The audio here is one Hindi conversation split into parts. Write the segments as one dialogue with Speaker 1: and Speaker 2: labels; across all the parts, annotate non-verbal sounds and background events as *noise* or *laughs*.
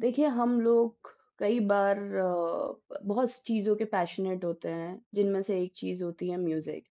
Speaker 1: देखिए, हम लोग कई बार बहुत सी चीज़ों के पैशनेट होते हैं, जिनमें से एक चीज़ होती है म्यूज़िक।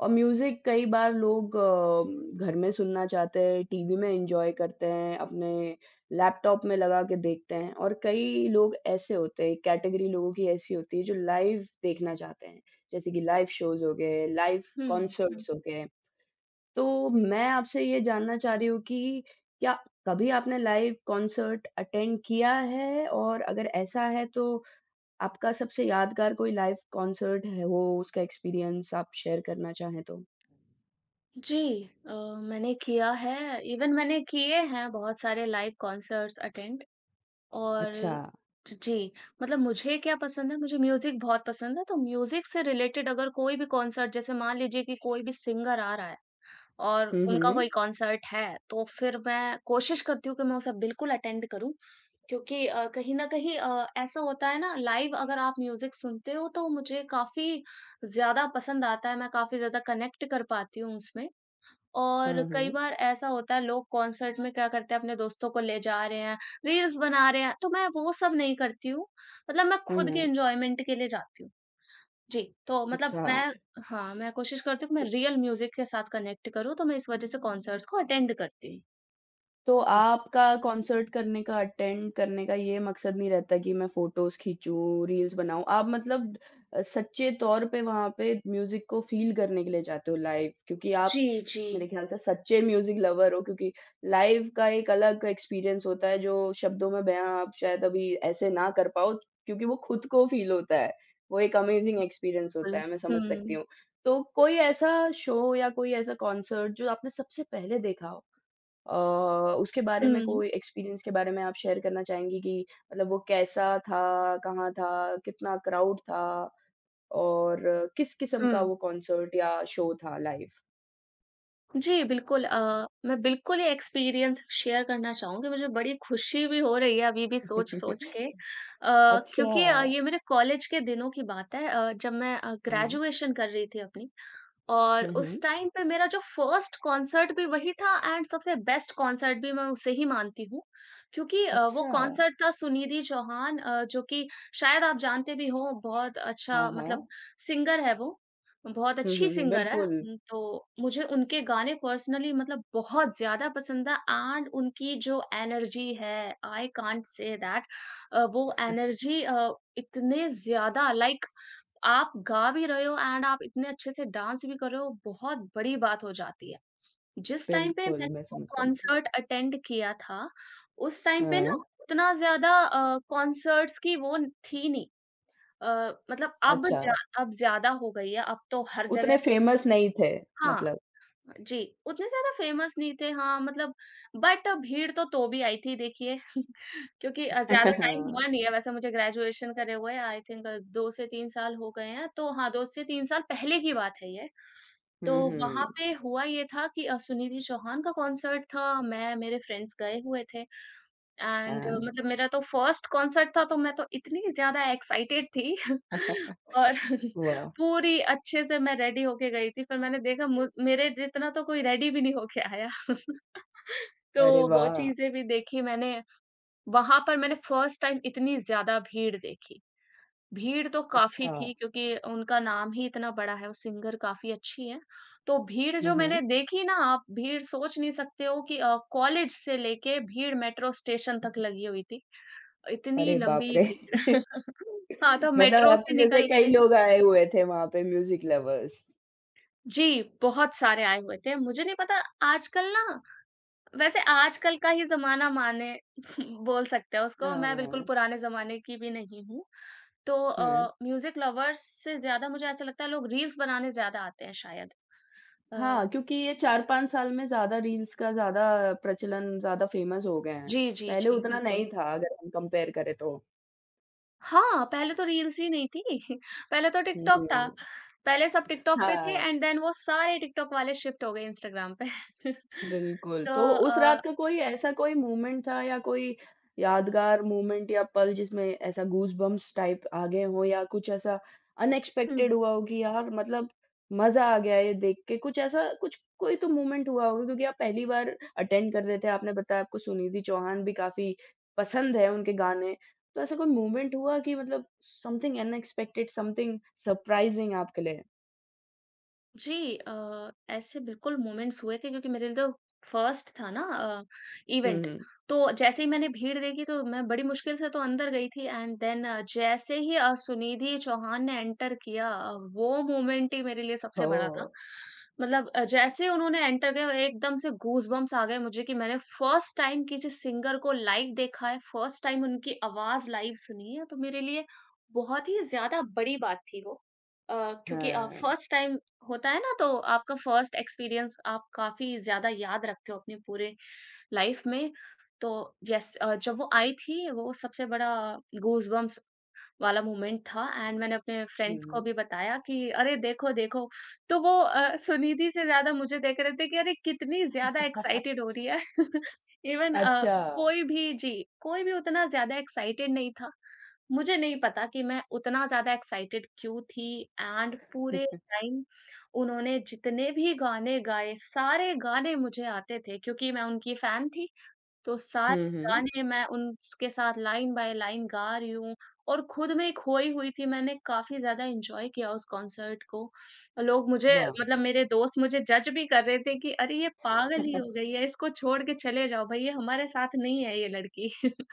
Speaker 1: और म्यूज़िक कई बार लोग घर में सुनना चाहते हैं, टीवी में एन्जॉय करते हैं, अपने लैपटॉप में लगा के देखते हैं और कई लोग ऐसे होते हैं, कैटेगरी लोगों की ऐसी होती है जो लाइव देखना चाहते हैं। जैसे कि लाइव शोज़ हो गए, लाइव
Speaker 2: हुँ, हुँ।
Speaker 1: कॉन्सर्ट्स हो गए। तो मैं आपसे ये जानना चाह रही हूँ कि क्या कभी आपने लाइव कॉन्सर्ट अटेंड किया है? और अगर ऐसा है तो आपका सबसे यादगार कोई लाइव कॉन्सर्ट है हो उसका एक्सपीरियंस आप शेयर करना चाहें तो?
Speaker 2: जी अ, मैंने किया है इवन मैंने किए हैं बहुत सारे लाइव कॉन्सर्ट्स अटेंड और
Speaker 1: अच्छा।
Speaker 2: जी, मतलब मुझे क्या पसंद है, मुझे म्यूज़िक बहुत पसंद है, तो म्यूज़िक से रिलेटेड अगर कोई भी कॉन्सर्ट जैसे मान लीजिए कि कोई भी सिंगर आ रहा है और
Speaker 1: हुँ,
Speaker 2: उनका
Speaker 1: हुँ।
Speaker 2: कोई कॉन्सर्ट है, तो फिर मैं कोशिश करती हूँ कि मैं उसे बिल्कुल अटेंड करूँ क्योंकि कहीं न कहीं ऐसा होता है ना लाइव अगर आप म्यूज़िक सुनते हो तो मुझे काफ़ी ज़्यादा पसंद आता है, मैं काफ़ी ज़्यादा कनेक्ट कर पाती हूँ उसमें। और
Speaker 1: हाँ,
Speaker 2: कई
Speaker 1: हाँ।
Speaker 2: बार ऐसा होता है लोग कॉन्सर्ट में क्या करते हैं अपने दोस्तों को ले जा रहे हैं, रील्स बना रहे हैं, तो मैं वो सब नहीं करती हूँ। मतलब मैं
Speaker 1: हाँ,
Speaker 2: खुद के
Speaker 1: हाँ।
Speaker 2: एन्जॉयमेंट के लिए जाती हूँ। जी, तो मतलब
Speaker 1: अच्छा।
Speaker 2: मैं हाँ, मैं कोशिश करती हूँ कि मैं रियल म्यूज़िक के साथ कनेक्ट करूँ तो मैं इस वजह से कॉन्सर्ट्स को अटेंड करती हूँ।
Speaker 1: तो
Speaker 2: जी।
Speaker 1: आपका कॉन्सर्ट करने का, अटेंड करने का ये मकसद नहीं रहता कि मैं फ़ोटोज़ खींचूँ, रील्स बनाऊँ। आप मतलब सच्चे तौर पे वहाँ पे म्यूज़िक को फ़ील करने के लिए जाते हो लाइव क्योंकि आप
Speaker 2: जी,
Speaker 1: स
Speaker 2: जी।
Speaker 1: मेरे ख़्याल से सच्चे म्यूज़िक लवर हो क्योंकि लाइव का एक अलग एक्सपीरियंस होता है जो शब्दों में बयाँ आप शायद अभी ऐसे ना कर पाओ क्योंकि वो खुद को फ़ील होता है। वो एक अमेज़िंग एक्सपीरियंस होता
Speaker 2: बिल्कुल।
Speaker 1: है, मैं समझ सकती
Speaker 2: हुँ,
Speaker 1: हूँ। तो कोई ऐसा शो या कोई ऐसा कॉन्सर्ट जो आपने सबसे पहले देखा हो? अ, उसके बारे में
Speaker 2: हुँ,
Speaker 1: कोई एक्सपीरियंस के बारे में आप शेयर करना चाहेंगी कि मतलब वो कैसा था? कहाँ था? कितना क्राउड था? और किस किस्म का
Speaker 2: हुँ।
Speaker 1: वो कॉन्सर्ट या शो था लाइव?
Speaker 2: जी, बिल्कुल मैं बिल्कुल ये एक्सपीरियंस शेयर करना चाहूँगी। मुझे बड़ी खुशी भी हो रही है अभी भी सोच-सोच
Speaker 1: *laughs*
Speaker 2: के
Speaker 1: अच्छा।
Speaker 2: क्योंकि ये मेरे कॉलेज के दिनों की बात है जब मैं
Speaker 1: हुँ।
Speaker 2: ग्रेजुएशन कर रही थी अपनी। और
Speaker 1: हुँ,
Speaker 2: उस
Speaker 1: हुँ।
Speaker 2: टाइम पे मेरा जो फर्स्ट कॉन्सर्ट भी वही था एंड सबसे बेस्ट कॉन्सर्ट भी मैं उसे ही मानती हूँ क्योंकि वो
Speaker 1: अच्छा।
Speaker 2: कॉन्सर्ट था सुनिधि चौहान जो कि शायद आप जानते भी हो बहुत
Speaker 1: हाँ,
Speaker 2: अच्छा
Speaker 1: हाँ।
Speaker 2: मतलब सिंगर है वो बहुत
Speaker 1: हुँ,
Speaker 2: अच्छी
Speaker 1: हुँ, हुँ।
Speaker 2: सिंगर है
Speaker 1: बिल्कुल,
Speaker 2: तो मुझे उनके गाने पर्सनली मतलब बहुत ज्यादा पसंद है एंड उनकी जो एनर्जी है आई कांट से दैट वो एनर्जी इतने ज्यादा लाइक आप गा भी रहे हो एंड आप इतने अच्छे से डांस भी कर रहे हो, बहुत बड़ी बात हो जाती है। जिस टाइम पे मैंने
Speaker 1: बिल्कुल, मैं
Speaker 2: वो
Speaker 1: समझ सकती हूँ।
Speaker 2: कॉन्सर्ट अटेंड किया था, उस टाइम पे
Speaker 1: हाँ,
Speaker 2: ना उतना ज़्यादा कॉन्सर्ट्स की वो थी नहीं। अ, मतलब
Speaker 1: अच्छा।
Speaker 2: अब ज़्यादा हो गई है, अब तो हर
Speaker 1: उतने
Speaker 2: जगह
Speaker 1: फेमस नहीं थे
Speaker 2: हाँ,
Speaker 1: मतलब।
Speaker 2: जी, उतने ज़्यादा फ़ेमस नहीं थे हाँ, मतलब बट भीड़ तो भी आई थी देखिए *laughs* क्योंकि ज़्यादा *laughs* टाइम
Speaker 1: *laughs*
Speaker 2: हुआ नहीं है वैसे मुझे ग्रेजुएशन करे हुए आई थिंक 2 से 3 साल हो गए हैं, तो हाँ, 2 से 3 साल पहले की बात है ये। तो
Speaker 1: हुँ,
Speaker 2: वहाँ
Speaker 1: हुँ।
Speaker 2: पे हुआ ये था कि सुनिधि चौहान का कॉन्सर्ट था, मैं मेरे फ्रेंड्स गए हुए थे। एंड
Speaker 1: हाँ।
Speaker 2: मतलब मेरा तो फर्स्ट कॉन्सर्ट था तो मैं तो इतनी ज़्यादा एक्साइटेड थी *laughs*
Speaker 1: *laughs*
Speaker 2: और *laughs*
Speaker 1: वाह!
Speaker 2: पूरी अच्छे से मैं रेडी होके गई थी। फिर मैंने देखा मु मेरे जितना तो कोई रेडी भी नहीं होके आया। *laughs* तो
Speaker 1: अरे
Speaker 2: वो
Speaker 1: वाह!
Speaker 2: चीज़ें भी देखी मैंने। वहाँ पर मैंने फर्स्ट टाइम इतनी ज़्यादा भीड़ देखी। भीड़ तो काफ़ी
Speaker 1: अच्छा।
Speaker 2: थी क्योंकि उनका नाम ही इतना बड़ा है, वो सिंगर काफ़ी अच्छी हैं। तो भीड़
Speaker 1: हुँ,
Speaker 2: जो मैंने
Speaker 1: हुँ।
Speaker 2: देखी ना आप भीड़ सोच नहीं सकते हो कि कॉलेज से लेके भीड़ मेट्रो स्टेशन तक लगी हुई थी। इतनी
Speaker 1: अरे बाप
Speaker 2: लंबी
Speaker 1: रे!
Speaker 2: भीड़
Speaker 1: *laughs*
Speaker 2: *laughs* हाँ, तो
Speaker 1: मतलब
Speaker 2: मेट्रो से
Speaker 1: आपके जैसे
Speaker 2: निकल
Speaker 1: कई
Speaker 2: के
Speaker 1: लोग आए हुए थे वहाँ पे म्यूज़िक लवर्स।
Speaker 2: जी, बहुत सारे आए हुए थे। मुझे नहीं पता आजकल ना वैसे आजकल का ही ज़माना माने *laughs* बोल सकते हैं उसको, मैं बिल्कुल
Speaker 1: हाँ,
Speaker 2: पुराने ज़माने की भी नहीं हूँ। तो
Speaker 1: हाँ।
Speaker 2: म्यूज़िक लवर्स से ज़्यादा मुझे ऐसा लगता है लोग रील्स बनाने ज़्यादा आते हैं शायद। अ,
Speaker 1: हाँ, क्योंकि ये 4-5 साल में ज़्यादा रील्स का ज़्यादा प्रचलन ज़्यादा फ़ेमस हो गए हैं।
Speaker 2: जी, जी,
Speaker 1: पहले
Speaker 2: जी,
Speaker 1: उतना
Speaker 2: बिल्कुल।
Speaker 1: नहीं था अगर हम कंपेयर करें तो।
Speaker 2: हाँ, पहले तो रील्स ही नहीं थी, *laughs* पहले तो
Speaker 1: हुँ,
Speaker 2: टिकटॉक था।
Speaker 1: हुँ।
Speaker 2: पहले सब टिकटॉक पे थे
Speaker 1: हाँ।
Speaker 2: एंड देन वो सारे टिकटॉक वाले शिफ्ट हो गए इंस्टाग्राम पे। *laughs*
Speaker 1: बिल्कुल,
Speaker 2: तो
Speaker 1: तो उस रात का कोई ऐसा कोई मोमेंट था या कोई यादगार मोमेंट या पल जिसमें ऐसा गूज़बम्प्स टाइप आ गए हों या कुछ ऐसा
Speaker 2: हुँ।
Speaker 1: अनएक्सपेक्टेड हुआ हो कि यार मतलब मज़ा आ गया ये देख के, कुछ ऐसा कुछ कोई तो मोमेंट हुआ होगा क्योंकि आप पहली बार अटेंड कर रहे थे, आपने बताया आपको सुनिधि चौहान भी काफ़ी पसंद है उनके गाने, तो ऐसा कोई मोमेंट हुआ कि मतलब समथिंग अनएक्सपेक्टेड, समथिंग सरप्राइज़िंग आपके लिए?
Speaker 2: जी ऐसे बिल्कुल मोमेंट्स हुए थे क्योंकि मेरे लिए तो फर्स्ट था ना
Speaker 1: हुँ,
Speaker 2: इवेंट।
Speaker 1: हुँ।
Speaker 2: तो जैसे ही मैंने भीड़ देखी तो मैं बड़ी मुश्किल से तो अंदर गई थी एंड देन जैसे ही सुनिधि चौहान ने एंटर किया वो मोमेंट ही मेरे लिए सबसे बड़ा
Speaker 1: ओह!
Speaker 2: था। मतलब जैसे ही उन्होंने एंटर किया एकदम से गूज़बम्प्स आ गए मुझे कि मैंने फर्स्ट टाइम किसी सिंगर को लाइव देखा है, फर्स्ट टाइम उनकी आवाज़ लाइव सुनी है तो मेरे लिए बहुत ही ज़्यादा बड़ी बात थी वो। अ, क्योंकि
Speaker 1: हाँ।
Speaker 2: फर्स्ट टाइम होता है ना तो आपका फर्स्ट एक्सपीरियंस आप काफ़ी ज़्यादा याद रखते हो अपने पूरे लाइफ में। तो यस जब वो आई थी वो सबसे बड़ा गूज़बम्प्स वाला मोमेंट था एंड मैंने अपने
Speaker 1: हुँ,
Speaker 2: फ्रेंड्स को
Speaker 1: हुँ।
Speaker 2: भी बताया कि अरे देखो, देखो। तो वो सुनिधि से ज़्यादा मुझे देख रहे थे कि अरे कितनी ज़्यादा
Speaker 1: *laughs*
Speaker 2: एक्साइटेड हो रही है। *laughs* इवन
Speaker 1: अच्छा।
Speaker 2: कोई भी जी, कोई भी उतना ज़्यादा एक्साइटेड नहीं था। मुझे नहीं पता कि मैं उतना ज़्यादा एक्साइटेड क्यों थी एंड पूरे
Speaker 1: *laughs*
Speaker 2: टाइम उन्होंने जितने भी गाने गाए, सारे गाने मुझे आते थे क्योंकि मैं उनकी फ़ैन थी, तो सारे
Speaker 1: हुँ, हुँ।
Speaker 2: गाने मैं उनके साथ लाइन बाय लाइन गा रही हूँ और खुद में खोई हुई थी, मैंने काफ़ी ज़्यादा एन्जॉय किया उस कॉन्सर्ट को। लोग मुझे
Speaker 1: वाह!
Speaker 2: मतलब मेरे दोस्त मुझे जज भी कर रहे थे कि अरे! ये पागल ही हो
Speaker 1: *laughs*
Speaker 2: गई है, इसको छोड़ के चले जाओ भई, ये हमारे साथ नहीं है ये लड़की। *laughs*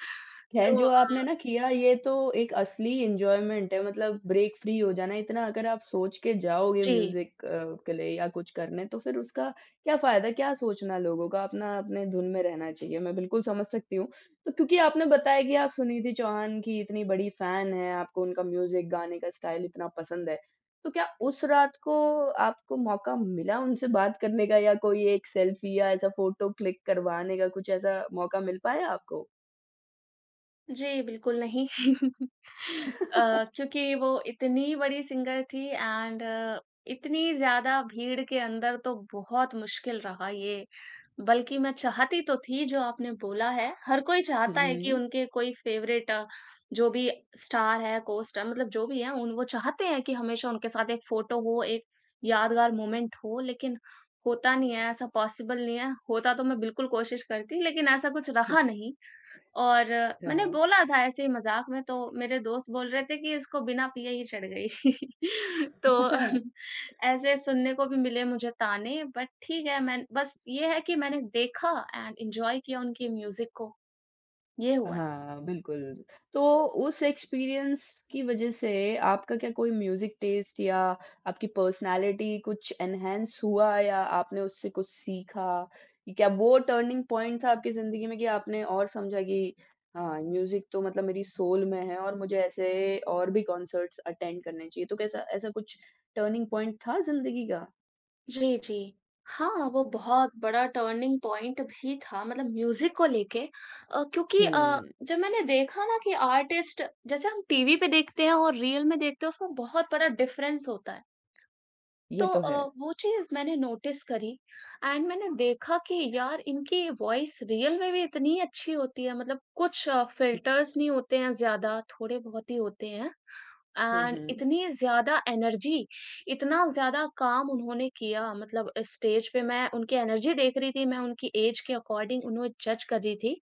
Speaker 1: खैर
Speaker 2: तो
Speaker 1: जो आपने ना किया ये तो एक असली एन्जॉयमेंट है मतलब ब्रेक फ्री हो जाना इतना अगर आप सोच के जाओगे
Speaker 2: जी।
Speaker 1: म्यूजिक के लिए या कुछ करने तो फिर उसका क्या फायदा क्या सोचना लोगों का अपना अपने धुन में रहना चाहिए मैं बिल्कुल समझ सकती हूँ तो क्योंकि आपने बताया कि आप सुनिधि चौहान की इतनी बड़ी फैन है आपको उनका म्यूजिक गाने का स्टाइल इतना पसंद है तो क्या उस रात को आपको मौका मिला उनसे बात करने का या कोई एक सेल्फी या ऐसा फोटो क्लिक करवाने का कुछ ऐसा मौका मिल पाया आपको
Speaker 2: जी, बिल्कुल नहीं। *laughs*
Speaker 1: *laughs*
Speaker 2: क्योंकि वो इतनी बड़ी सिंगर थी एंड इतनी ज़्यादा भीड़ के अंदर तो बहुत मुश्किल रहा ये। बल्कि मैं चाहती तो थी जो आपने बोला है, हर कोई
Speaker 1: हुँ,
Speaker 2: चाहता है कि
Speaker 1: हुँ।
Speaker 2: उनके कोई फ़ेवरेट जो भी स्टार है, को-स्टार मतलब जो भी है उन वो चाहते हैं कि हमेशा उनके साथ एक फ़ोटो हो, एक यादगार मोमेंट हो, लेकिन होता नहीं है, ऐसा पॉसिबल नहीं है। होता तो मैं बिल्कुल कोशिश करती, लेकिन ऐसा कुछ रहा नहीं। और मैंने बोला था ऐसे ही मज़ाक में तो मेरे दोस्त बोल रहे थे कि इसको बिना पिए ही चढ़ गई। *laughs* तो
Speaker 1: *laughs* हाँ।
Speaker 2: ऐसे सुनने को भी मिले मुझे ताने बट ठीक है मैं बस ये है कि मैंने देखा एंड एन्जॉय किया उनके म्यूज़िक को, ये हुआ था।
Speaker 1: हाँ, बिल्कुल। तो उस एक्सपीरियंस की वज़ह से आपका क्या कोई म्यूज़िक टेस्ट या आपकी पर्सनैलिटी कुछ एनहांस हुआ या आपने उससे कुछ सीखा? कि क्या वो टर्निंग पॉइंट था आपकी ज़िंदगी में कि आपने और समझा कि हाँ, म्यूज़िक तो मतलब मेरी सोल में है और मुझे ऐसे और भी कॉन्सर्ट्स अटेंड करने चाहिए। तो कैसा ऐसा कुछ टर्निंग पॉइंट था ज़िंदगी का?
Speaker 2: जी, जी। हाँ, वो बहुत बड़ा टर्निंग पॉइंट भी था मतलब म्यूज़िक को लेके क्योंकि
Speaker 1: हुँ,
Speaker 2: जब मैंने देखा ना कि आर्टिस्ट जैसे हम टीवी पे देखते हैं और रियल में देखते हैं उसमें बहुत बड़ा डिफ़रेंस होता है। तो
Speaker 1: ये तो है।
Speaker 2: वो चीज़ मैंने नोटिस करी एंड मैंने देखा कि यार इनकी वॉइस रियल में भी इतनी अच्छी होती है मतलब कुछ फिल्टर्स नहीं होते हैं ज़्यादा, थोड़े बहुत ही होते हैं
Speaker 1: हुँ,
Speaker 2: एंड
Speaker 1: हुँ।
Speaker 2: इतनी ज़्यादा एनर्जी, इतना ज़्यादा काम उन्होंने किया मतलब स्टेज पे मैं उनकी एनर्जी देख रही थी, मैं उनकी ऐज के अकॉर्डिंग उन्हें जज कर रही थी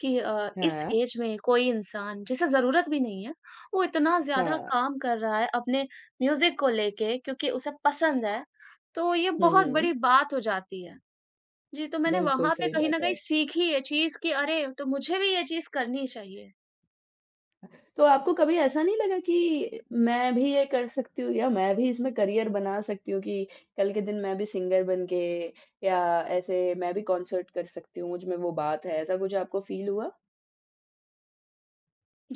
Speaker 2: कि इस
Speaker 1: हाँ,
Speaker 2: ऐज में कोई इंसान जिसे ज़रूरत भी नहीं है, वो इतना ज़्यादा
Speaker 1: हाँ।
Speaker 2: काम कर रहा है अपने म्यूज़िक को लेके क्योंकि उसे पसंद है, तो ये
Speaker 1: हुँ,
Speaker 2: बहुत बड़ी
Speaker 1: हुँ।
Speaker 2: बात हो जाती है। जी, तो मैंने
Speaker 1: बिल्कुल,
Speaker 2: वहाँ पे
Speaker 1: सही
Speaker 2: कहीं न
Speaker 1: बात
Speaker 2: कहीं
Speaker 1: है।
Speaker 2: सीखी ये चीज़ कि अरे! तो मुझे भी ये चीज़ करनी चाहिए।
Speaker 1: तो आपको कभी ऐसा नहीं लगा कि मैं भी ये कर सकती हूँ या मैं भी इसमें करियर बना सकती हूँ कि कल के दिन मैं भी सिंगर बन के या ऐसे मैं भी कॉन्सर्ट कर सकती हूँ, मुझ में वो बात है, ऐसा कुछ आपको फ़ील हुआ?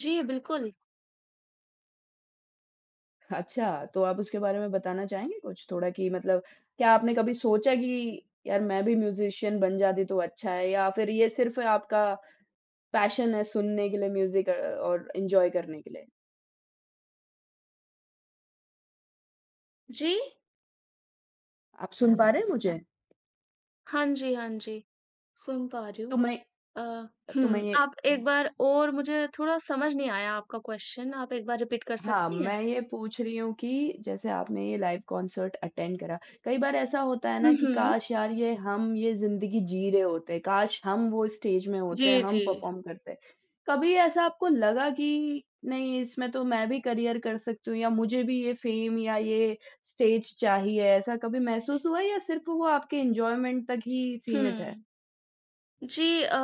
Speaker 2: जी, बिल्कुल।
Speaker 1: अच्छा, तो आप उसके बारे में बताना चाहेंगे कुछ थोड़ा कि मतलब क्या आपने कभी सोचा कि यार मैं भी म्यूज़िशियन बन जाती तो अच्छा है या फिर ये सिर्फ़ आपका पैशन है सुनने के लिए म्यूज़िक और एन्जॉय करने के लिए?
Speaker 2: जी।
Speaker 1: आप सुन पा रहे हैं मुझे?
Speaker 2: हाँ जी, हाँ जी। सुन पा रही हूँ।
Speaker 1: तो मैं
Speaker 2: अ,
Speaker 1: तो मैं
Speaker 2: हुँ,
Speaker 1: ये
Speaker 2: आप एक बार और मुझे थोड़ा समझ नहीं आया आपका क्वेश्चन, आप एक बार रिपीट कर
Speaker 1: हाँ,
Speaker 2: सकती हैं?
Speaker 1: मैं ये पूछ रही हूँ कि जैसे आपने ये लाइव कॉन्सर्ट अटेंड करा, कई बार ऐसा होता है
Speaker 2: हुँ,
Speaker 1: ना कि
Speaker 2: हुँ।
Speaker 1: काश यार ये हम ये ज़िंदगी जी रहे होते, काश हम वो स्टेज में होते,
Speaker 2: जी, जी।
Speaker 1: हम परफ़ॉर्म करते। कभी ऐसा आपको लगा कि नहीं इसमें तो मैं भी करियर कर सकती हूँ या मुझे भी ये फ़ेम या ये स्टेज चाहिए, ऐसा कभी महसूस हुआ या सिर्फ़ वो आपके एन्जॉयमेंट तक ही
Speaker 2: हुँ।
Speaker 1: सीमित है?
Speaker 2: जी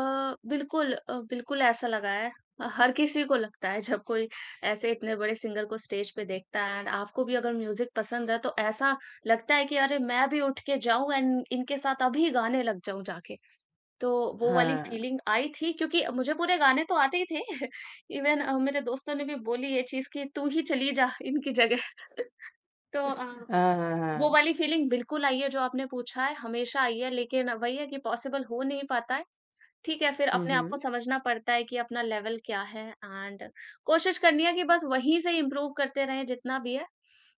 Speaker 2: बिल्कुल ऐसा लगा है। हर किसी को लगता है जब कोई ऐसे इतने बड़े सिंगर को स्टेज पे देखता है एंड आपको भी अगर म्यूजिक पसंद है तो ऐसा लगता है कि अरे मैं भी उठ के जाऊं एंड इनके साथ अभी गाने लग जाऊं जाके। तो वो वाली
Speaker 1: हाँ।
Speaker 2: फीलिंग आई थी क्योंकि मुझे पूरे गाने तो आते ही थे। *laughs* इवन मेरे दोस्तों ने भी बोली ये चीज़ कि तू ही चली जा इनकी जगह। *laughs* तो
Speaker 1: हाँ, हाँ,
Speaker 2: वो
Speaker 1: हाँ।
Speaker 2: वाली फीलिंग बिल्कुल आई है जो आपने पूछा है, हमेशा आई है लेकिन वही है कि पॉसिबल हो नहीं पाता है। ठीक है, फिर
Speaker 1: हुँ,
Speaker 2: अपने आप को
Speaker 1: हुँ।
Speaker 2: समझना पड़ता है कि अपना लेवल क्या है एंड कोशिश करनी है कि बस वहीं से इम्प्रूव करते रहें जितना भी है।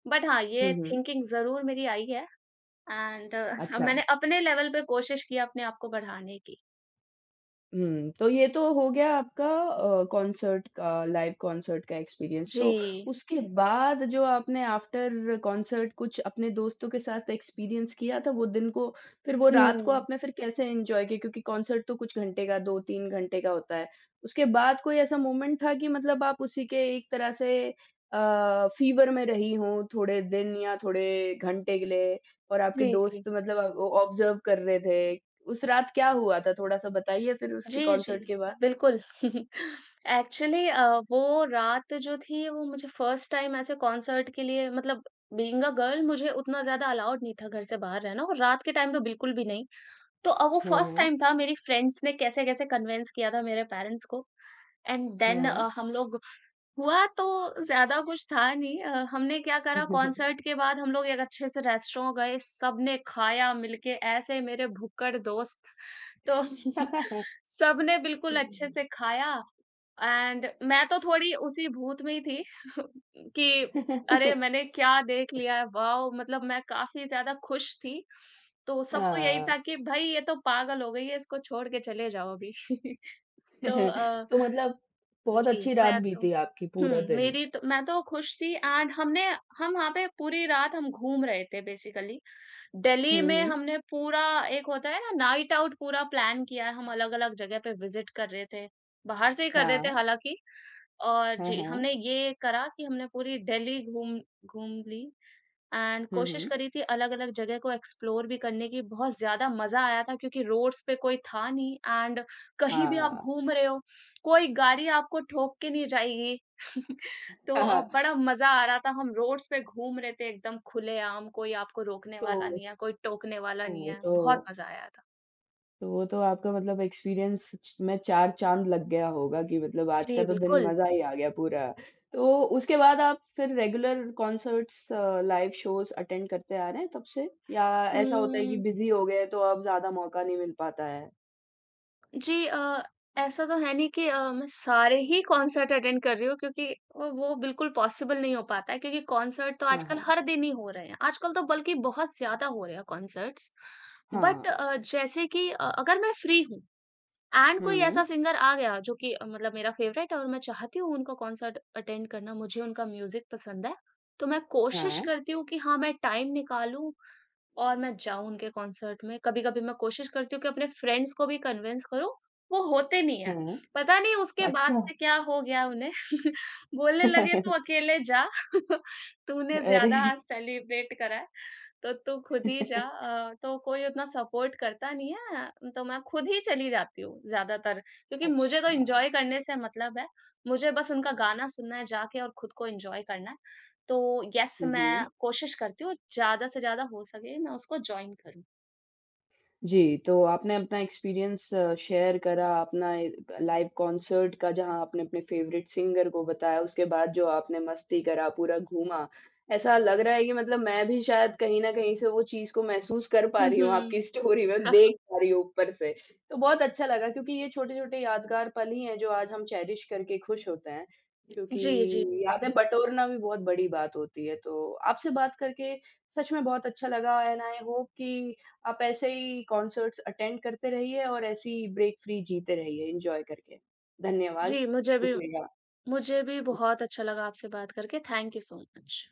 Speaker 2: बट हाँ, ये
Speaker 1: हुँ, हुँ।
Speaker 2: थिंकिंग ज़रूर मेरी आई है एंड *laughs*
Speaker 1: अच्छा।
Speaker 2: मैंने अपने लेवल पे कोशिश की अपने आप को बढ़ाने की।
Speaker 1: हुँ, तो ये तो हो गया आपका कॉन्सर्ट का, लाइव कॉन्सर्ट का एक्सपीरियंस। तो
Speaker 2: जी।
Speaker 1: उसके बाद जो आपने आफ्टर कॉन्सर्ट कुछ अपने दोस्तों के साथ एक्सपीरियंस किया था वो दिन को, फिर वो रात को
Speaker 2: हुँ।
Speaker 1: आपने फिर कैसे एन्जॉय किया? क्योंकि कॉन्सर्ट तो कुछ घंटे का 2-3 घंटे का होता है। उसके बाद कोई ऐसा मोमेंट था कि मतलब आप उसी के एक तरह से फ़ीवर में रही हों थोड़े दिन या थोड़े घंटे के लिए और आपके
Speaker 2: जी, जी।
Speaker 1: दोस्त मतलब वो ऑब्ज़र्व कर रहे थे उस रात क्या हुआ था? थोड़ा-सा बताइए फिर उसके
Speaker 2: जी, जी।
Speaker 1: कॉन्सर्ट के बाद?
Speaker 2: बिल्कुल। *laughs* एक्चुअली वो रात जो थी वो मुझे फर्स्ट टाइम ऐसे कॉन्सर्ट के लिए मतलब बीइंग अ गर्ल मुझे उतना ज़्यादा अलाउड नहीं था घर से बाहर रहना और रात के टाइम तो बिल्कुल भी नहीं। तो वो
Speaker 1: हुँ,
Speaker 2: फर्स्ट
Speaker 1: हुँ,
Speaker 2: टाइम था मेरी फ्रेंड्स ने कैसे-कैसे कन्विन्स किया था मेरे पेरेंट्स को एंड देन हम लोग हुआ तो ज़्यादा कुछ था नहीं हमने क्या करा
Speaker 1: *laughs* हाँ।
Speaker 2: कॉन्सर्ट के बाद हम लोग एक अच्छे से रेस्टोरेंट गए, सबने खाया मिलके ऐसे मेरे भुक्कड़ दोस्त तो *laughs* सबने बिल्कुल अच्छे से
Speaker 1: *laughs*
Speaker 2: खाया एंड मैं तो थोड़ी उसी भूत में ही थी *laughs* कि अरे मैंने क्या देख लिया है वाओ मतलब मैं काफी ज्यादा खुश थी तो सबको यही था
Speaker 1: हाँ।
Speaker 2: कि भाई ये तो पागल हो गई है इसको छोड़ के चले जाओ अभी *laughs* तो
Speaker 1: तो मतलब बहुत
Speaker 2: जी,
Speaker 1: अच्छी रात
Speaker 2: मैं तो
Speaker 1: बीती आपकी
Speaker 2: हुँ,
Speaker 1: पूरा दिन।
Speaker 2: मेरी तो मैं तो खुश थी एंड हमने हम वहाँ पे पूरी रात हम घूम रहे थे बेसिकली।
Speaker 1: हुँ,
Speaker 2: दिल्ली में
Speaker 1: हुँ।
Speaker 2: हमने पूरा एक होता है ना नाइट आउट पूरा प्लान किया है, हम अलग-अलग जगह पे विज़िट कर रहे थे। बाहर से ही कर रहे थे
Speaker 1: हाँ।
Speaker 2: हालाँकि और
Speaker 1: हाँ,
Speaker 2: जी,
Speaker 1: हाँ।
Speaker 2: हमने ये करा कि हमने पूरी दिल्ली घूम घूम ली। एंड
Speaker 1: हुँ,
Speaker 2: कोशिश
Speaker 1: हुँ।
Speaker 2: करी थी अलग-अलग जगह को एक्सप्लोर भी करने की, बहुत ज़्यादा मज़ा आया था क्योंकि रोड्स पे कोई था नहीं एंड कहीं भी आप
Speaker 1: हाँ।
Speaker 2: घूम रहे हो, कोई गाड़ी आपको ठोक के नहीं जाएगी। *laughs* तो बड़ा मज़ा आ रहा था, हम रोड्स पे घूम रहे थे एकदम खुलेआम, कोई आपको रोकने वाला
Speaker 1: तो
Speaker 2: नहीं है, कोई टोकने वाला नहीं
Speaker 1: तो
Speaker 2: है,
Speaker 1: तो
Speaker 2: बहुत मज़ा आया था।
Speaker 1: तो वो तो आपका मतलब एक्सपीरियंस च में चार चाँद लग गया होगा कि मतलब आज का
Speaker 2: जी,
Speaker 1: तो दिन
Speaker 2: बिल्कुल।
Speaker 1: मज़ा ही आ गया पूरा। तो उसके बाद आप फिर regular concerts live shows attend करते आ रहे हैं तब से? या ऐसा होता है कि
Speaker 2: हुँ।
Speaker 1: बिज़ी हो गए तो अब ज़्यादा मौका नहीं मिल पाता है?
Speaker 2: जी ऐसा तो है नहीं कि मैं सारे ही कॉन्सर्ट अटेंड कर रही हूँ क्योंकि वो बिल्कुल पॉसिबल नहीं हो पाता है क्योंकि कॉन्सर्ट तो
Speaker 1: हाँ,
Speaker 2: आजकल
Speaker 1: हाँ।
Speaker 2: हर दिन ही हो रहे हैं। आजकल तो बल्कि बहुत ज़्यादा हो रहे हैं कॉन्सर्ट्स।
Speaker 1: हाँ।
Speaker 2: बट जैसे कि अगर मैं फ्री हूँ एंड कोई
Speaker 1: हुँ।
Speaker 2: ऐसा सिंगर आ गया जो कि मतलब मेरा फेवरेट है और मैं चाहती हूँ उनका कॉन्सर्ट अटेंड करना, मुझे उनका म्यूज़िक पसंद है, तो मैं कोशिश
Speaker 1: हाँ,
Speaker 2: करती हूँ कि हाँ, मैं टाइम निकालूँ और मैं जाऊँ उनके कॉन्सर्ट में, कभी-कभी मैं कोशिश करती हूँ कि अपने फ्रेंड्स को भी कन्विंस करूँ, वो होते नहीं हैं।
Speaker 1: हाँ।
Speaker 2: पता नहीं उसके बाद
Speaker 1: अच्छा।
Speaker 2: से क्या हो गया उन्हें, *laughs* बोलने लगे तू
Speaker 1: *laughs*
Speaker 2: अकेले जा, *laughs* तूने
Speaker 1: अरे!
Speaker 2: ज़्यादा आज सेलिब्रेट करा है, तो तू खुद ही जा
Speaker 1: *laughs*
Speaker 2: तो कोई उतना सपोर्ट करता नहीं है, तो मैं खुद ही चली जाती हूँ ज़्यादातर, क्योंकि मुझे तो
Speaker 1: अच्छा।
Speaker 2: एन्जॉय करने से मतलब है, मुझे बस उनका गाना सुनना है जाके और खुद को एन्जॉय करना है। तो येस
Speaker 1: हुँ,
Speaker 2: मैं
Speaker 1: हुँ।
Speaker 2: कोशिश करती हूँ ज़्यादा से ज़्यादा हो सके मैं उसको जॉइन करूँ।
Speaker 1: जी, तो आपने अपना एक्सपीरियंस शेयर करा, अपना ए लाइव कॉन्सर्ट का जहाँ आपने अपने फ़ेवरेट सिंगर को बताया, उसके बाद जो आपने मस्ती करा, पूरा घूमा। ऐसा लग रहा है कि मतलब मैं भी शायद कहीं न कहीं से वो चीज़ को महसूस कर पा
Speaker 2: हुँ,
Speaker 1: रही हूँ
Speaker 2: हुँ।
Speaker 1: आपकी स्टोरी में, देख
Speaker 2: *laughs*
Speaker 1: पा रही हूँ ऊपर से। तो बहुत अच्छा लगा क्योंकि ये छोटे-छोटे यादगार पल ही हैं जो आज हम चेरिश करके खुश होते हैं, क्योंकि
Speaker 2: जी, जी।
Speaker 1: यादें बटोरना भी बहुत बड़ी बात होती है। तो आपसे बात करके सच में बहुत अच्छा लगा एंड आई होप कि आप ऐसे ही कॉन्सर्ट्स अटेंड करते रहिए और ऐसे ही ब्रेक फ्री जीते रहिए एन्जॉय करके। धन्यवाद,
Speaker 2: जी, मुझे भी
Speaker 1: शुक्रिया।
Speaker 2: मुझे भी बहुत अच्छा लगा आपसे बात करके। Thank you so much.